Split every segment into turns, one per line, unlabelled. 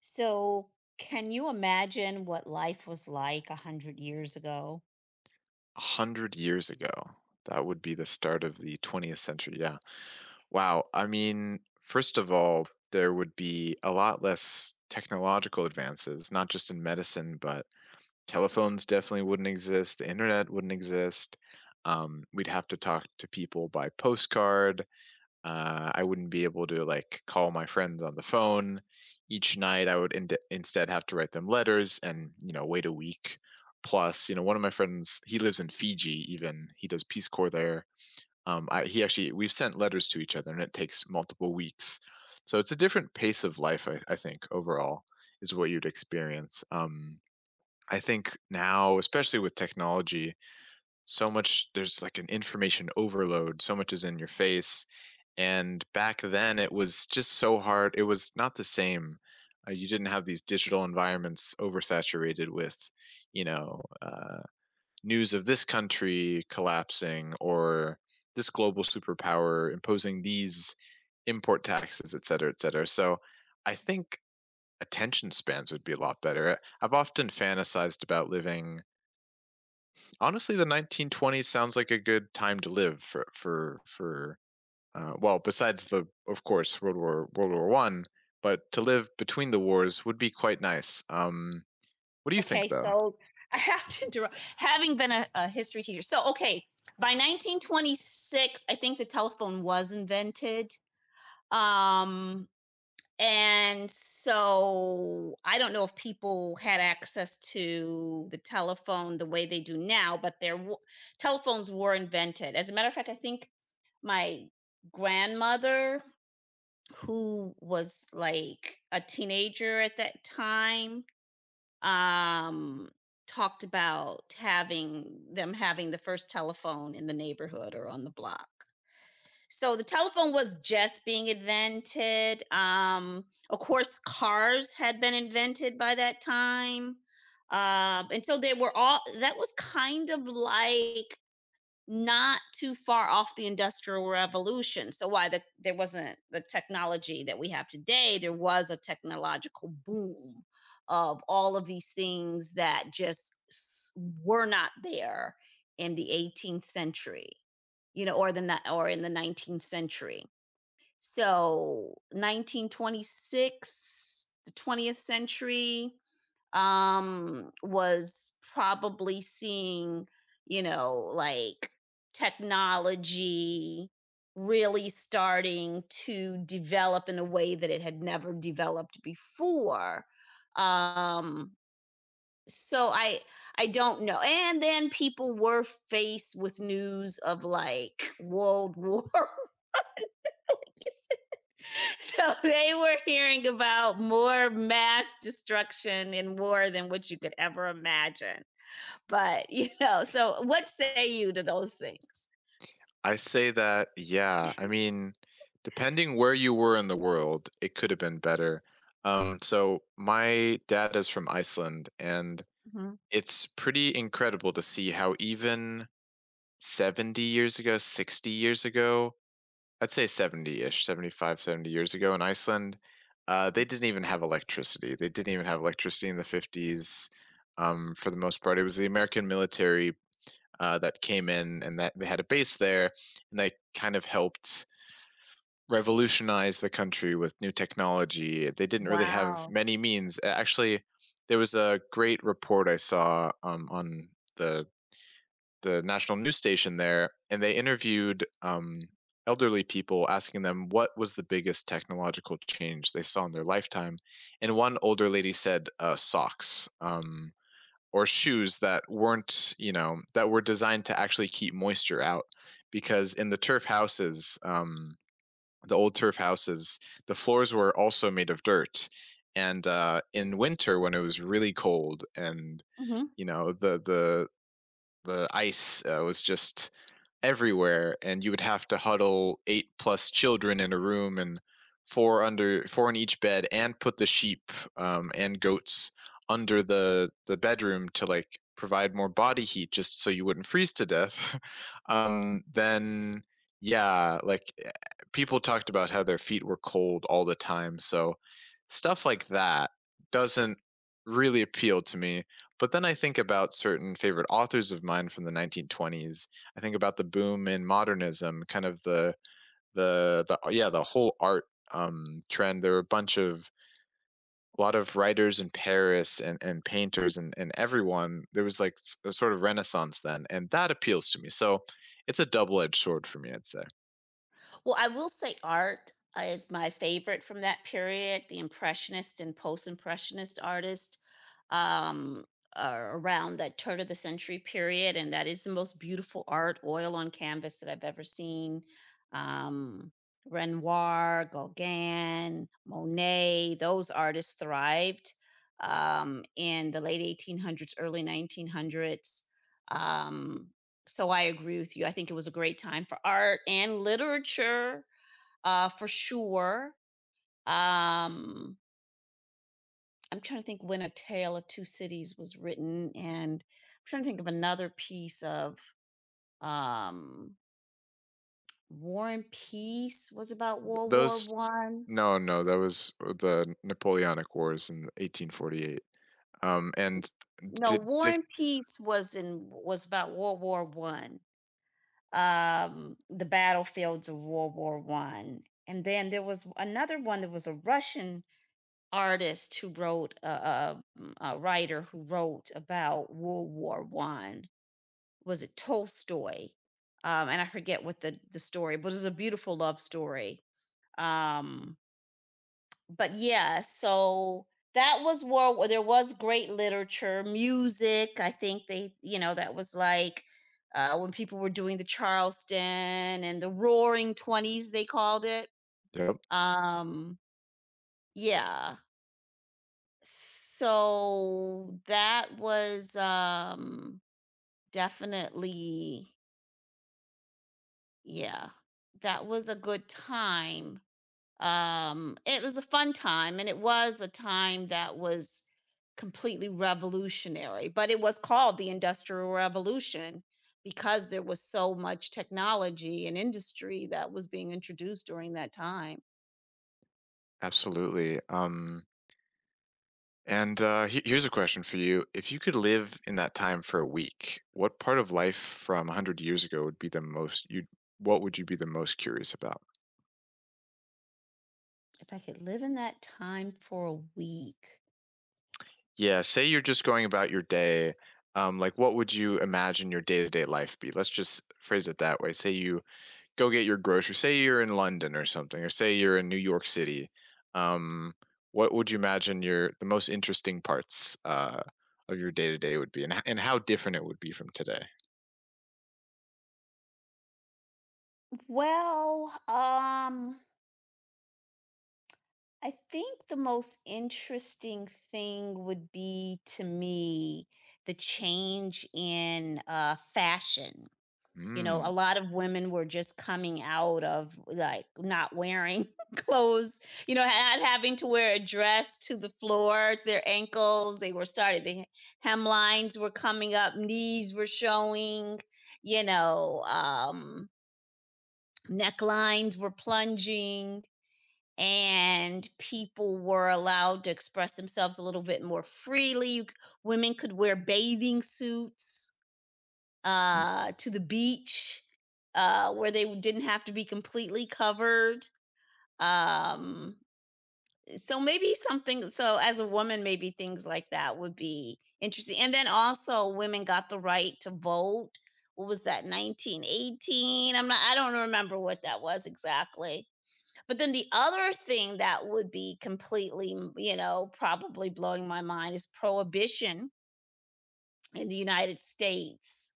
So, can you imagine what life was like 100 years ago?
100 years ago. That would be the start of the 20th century, yeah. Wow, I mean, first of all, there would be a lot less technological advances, not just in medicine, but telephones definitely wouldn't exist, the internet wouldn't exist. We'd have to talk to people by postcard. I wouldn't be able to like call my friends on the phone each night. I would instead have to write them letters and wait a week. Plus, one of my friends he lives in Fiji. Even he does Peace Corps there. He actually we've sent letters to each other, and it takes multiple weeks. So it's a different pace of life. I think overall is what you'd experience. I think now, especially with technology, so much there's like an information overload. So much is in your face, and back then, it was just so hard. It was not the same. You didn't have these digital environments oversaturated with, you know, uh, news of this country collapsing or this global superpower imposing these import taxes, et cetera, et cetera. So I think attention spans would be a lot better. I've often fantasized about living. Honestly, the 1920s sounds like a good time to live for, well, besides the, of course, World War One, but to live between the wars would be quite nice. What do you think,
Okay,
though?
so I have to interrupt. Having been a history teacher. So, okay, by 1926, I think the telephone was invented. Um, and so I don't know if people had access to the telephone the way they do now, but telephones were invented. As a matter of fact, I think my grandmother, who was like a teenager at that time, um talked about having the first telephone in the neighborhood or on the block. So the telephone was just being invented. Of course, cars had been invented by that time. And so they were all that was kind of like not too far off the industrial revolution. So there wasn't the technology that we have today. There was a technological boom of all of these things that just were not there in the 18th century, you know, or in the 19th century. So 1926, the 20th century, was probably seeing, you know, like, technology really starting to develop in a way that it had never developed before. Um so i i don't know. And then people were faced with news of like world war so they were hearing about more mass destruction in war than what you could ever imagine. But, you know, so what say you to those things?
I say that, yeah. I mean, depending where you were in the world, it could have been better. So my dad is from Iceland, and
Mhm.
it's pretty incredible to see how even 70 years ago, 60 years ago, I'd say 70-ish, 70 years ago in Iceland. They didn't even have electricity. They didn't even have electricity in the 50s, for the most part. It was the American military, that came in and that they had a base there, and they kind of helped revolutionize the country with new technology. They didn't really have
Wow.
many means. A actually, there was a great report I saw, on the the national news station there, and they interviewed elderly people, asking them what was the biggest technological change they saw in their lifetime. And one older lady said, socks, or shoes that weren't, that were designed to actually keep moisture out, because in the turf houses, the old turf houses, the floors were also made of dirt. And in winter, when it was really cold, and
Mhm.
the the ice was just everywhere, and you would have to huddle eight plus children in a room, and four under four in each bed, and put the sheep, and goats under the bedroom to like provide more body heat, just so you wouldn't freeze to death Then yeah, like, people talked about how their feet were cold all the time, so stuff like that doesn't really appeal to me. But then I think about certain favorite authors of mine from the 1920s. I think about the boom in modernism, kind of the yeah, the whole art trend. There were a lot of writers in Paris, and painters, and everyone. There was like a sort of renaissance then, and that appeals to me. So it's a double edged sword for me, I'd say.
Well, I will say art is my favorite from that period. The impressionist and post-impressionist artist um, are around that turn of the century period, and that is the most beautiful art, oil on canvas that I've ever seen. Um, Renoir, Gauguin, Monet, those artists thrived in the late 1800s, early 1900s. Um, so I agree with you. I think it was a great time for art and literature, for sure. Um, I'm trying to think when A Tale of Two Cities was written, and I'm trying to think of another piece of um, War and Peace was about World War
Those
One.
No, no, that was the Napoleonic Wars in 1848. And
No,
Dick,
War
Dick,
and Peace was in was about World War One. The battlefields of World War One, and then there was another one that was a Russian artist who wrote a writer who wrote about World War One. Was it Tolstoy? And I forget what the story, but it was a beautiful love story. Um, but yeah, so that was world where there was great literature, music. I think they, you know, that was like when people were doing the Charleston and the Roaring Twenties, they called it.
Yep,
Um, yeah, So that was, definitely yeah, that was a good time. It was a fun time, and it was a time that was completely revolutionary, but it was called the Industrial Revolution because there was so much technology and industry that was being introduced during that time.
absolutely. And here's a question for you. If you could live in that time for a week, what part of life from 100 years ago, would be the most you what would you be the most curious about?
If I could live in that time for a week.
Yeah, say you're just going about your day, like what would you imagine your day-to-day life be? Let's just phrase it that way. Say you go get your groceries, say you're in London or something, or say you're in New York City. Um what would you imagine your the most interesting parts of your day-to-day would be, and how different it would be from today?
Well, I think the most interesting thing would be to me the change in fashion. You know, a
Mm.
lot of women were just coming out of like not wearing clothes, you know, not having to wear a dress to the floor, to their ankles. The hemlines were coming up, knees were showing, you know, necklines were plunging, and people were allowed to express themselves a little bit more freely. Women could wear bathing suits to the beach where they didn't have to be completely covered. Um, so maybe something, so as a woman, maybe things like that would be interesting. And then also, women got the right to vote. What was that, 1918? I don't remember what that was exactly, but then the other thing that would be completely, you know, probably blowing my mind is prohibition in the United States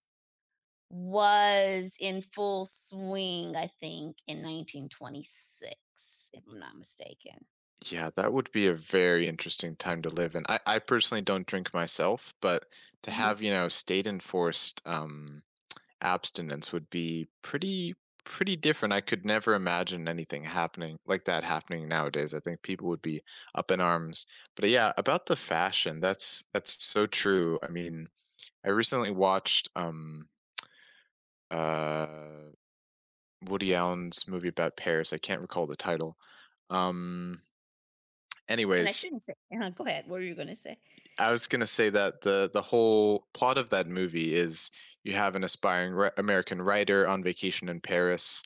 was in full swing, I think, in 1926, if I'm not mistaken.
Yeah, that would be a very interesting time to live in. I personally don't drink myself, but to
Mhm.
have, state enforced, abstinence would be pretty, pretty different. I could never imagine anything happening like that happening nowadays. I think people would be up in arms. But yeah, about the fashion, that's so true. I mean, I recently watched uh Woody Allen's movie about Paris. I can't recall the title. Um
And I
anyways,
shouldn't say, go ahead. What are you going to say?
I was gonna say that the whole plot of that movie is you have an aspiring American writer on vacation in Paris,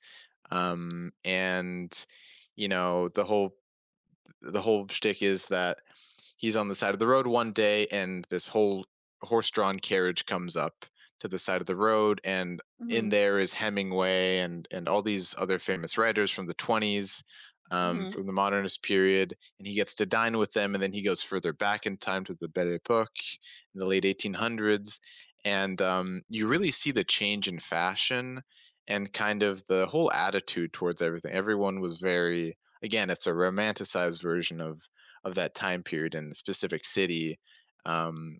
and you know the whole the whole shtick is that he's on the side of the road one day, and this whole horse-drawn carriage comes up to the side of the road, and
Hmm.
in there is Hemingway and all these other famous writers from the 20s,
Hmm.
from the modernist period, and he gets to dine with them, and then he goes further back in time to the belle epoque in the late 1800s and you really see the change in fashion, and kind of the whole attitude towards everything. Everyone was very, again, it's a romanticized version of that time period in a specific city. Um,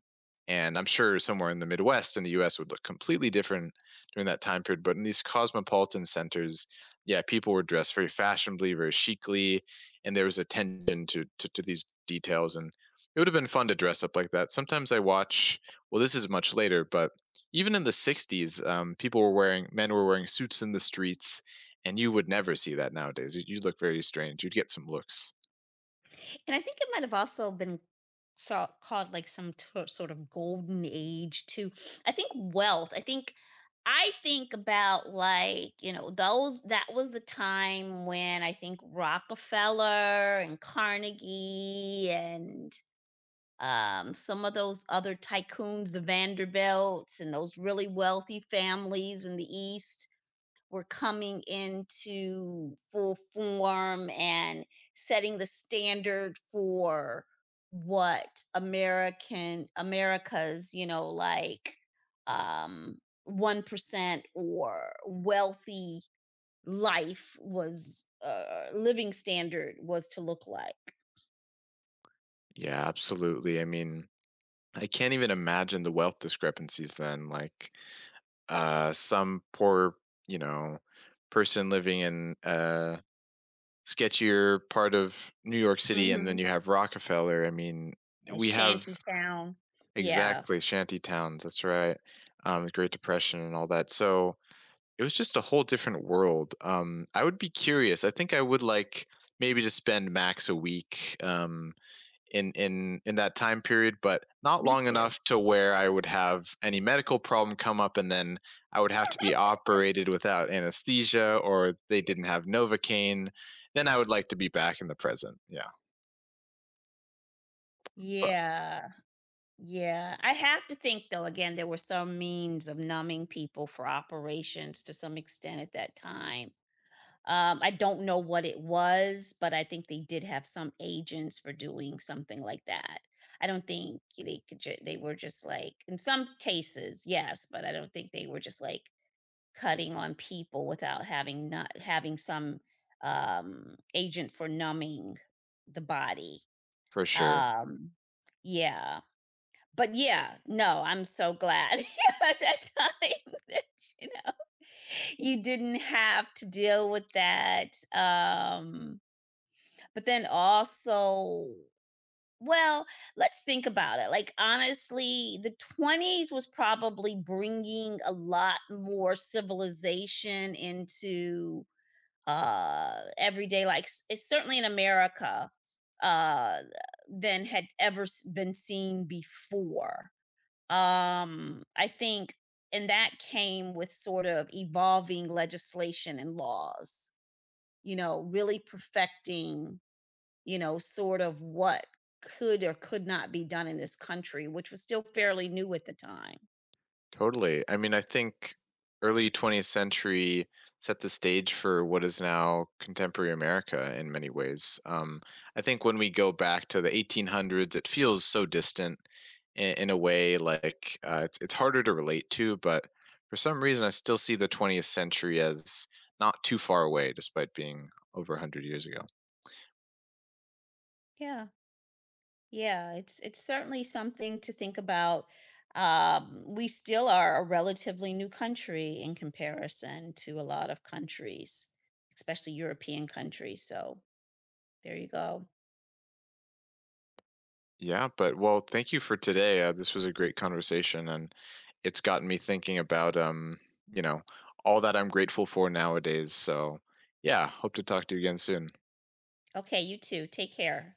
and I'm sure somewhere in the Midwest in the US would look completely different during that time period. But in these cosmopolitan centers, yeah, people were dressed very fashionably, very chicly, and there was attention to these details. And it would have been fun to dress up like that. Sometimes I watch, well, this is much later, but even in the 60s, people were wearing, men were wearing suits in the streets, and you would never see that nowadays. You'd look very strange. You'd get some looks.
And I think it might have also been saw called like some to- sort of golden age too. I think wealth. I think about like, you know, those that was the time when I think Rockefeller and Carnegie and some of those other tycoons, the Vanderbilts and those really wealthy families in the East were coming into full form and setting the standard for what American America's, you know, like um 1% or wealthy life was living standard was to look like.
Yeah, absolutely. I mean, I can't even imagine the wealth discrepancies then. Like, some poor, you know, person living in a sketchier part of New York City, and
Mhm.
then you have Rockefeller. I mean,
A
we have,
shanty town. Yeah,
exactly, shanty towns. That's right. The Great Depression and all that. So it was just a whole different world. I would be curious. I think I would like maybe to spend max a week. In that time period, but not
me
long
too.
enough to where I would have any medical problem come up, and then I would have to be operated without anesthesia, or they didn't have novocaine. Then I would like to be back in the present. Yeah, but
Yeah. Yeah, I have to think, though, again, there were some means of numbing people for operations to some extent at that time. I don't know what it was, but I think they did have some agents for doing something like that. I don't think they could they were just like in some cases, yes, but I don't think they were just like cutting on people without having not having some agent for numbing the body.
for sure.
Um yeah yeah, no, I'm so glad at that time that, you know, you didn't have to deal with that, but then also well, let's think about it, like, honestly, the 20s was probably bringing a lot more civilization into, everyday like, s it's certainly in America, uh, than had ever s been seen before. I think And that came with sort of evolving legislation and laws, you know, really perfecting, you know, sort of what could or could not be done in this country, which was still fairly new at the time.
Totally. I mean, I think early 20th century set the stage for what is now contemporary America in many ways. I think when we go back to the 1800s, it feels so distant in a way, like, it's harder to relate to, but for some reason, I still see the 20th century as not too far away, despite being over 100 years ago.
Yeah. Yeah, it's certainly something to think about. We still are a relatively new country in comparison to a lot of countries, especially European countries. So there you go.
Yeah, but well, thank you for today. This was a great conversation, and it's gotten me thinking about, you know, all that I'm grateful for nowadays. So, yeah, hope to talk to you again soon.
Okay, you too. Take care.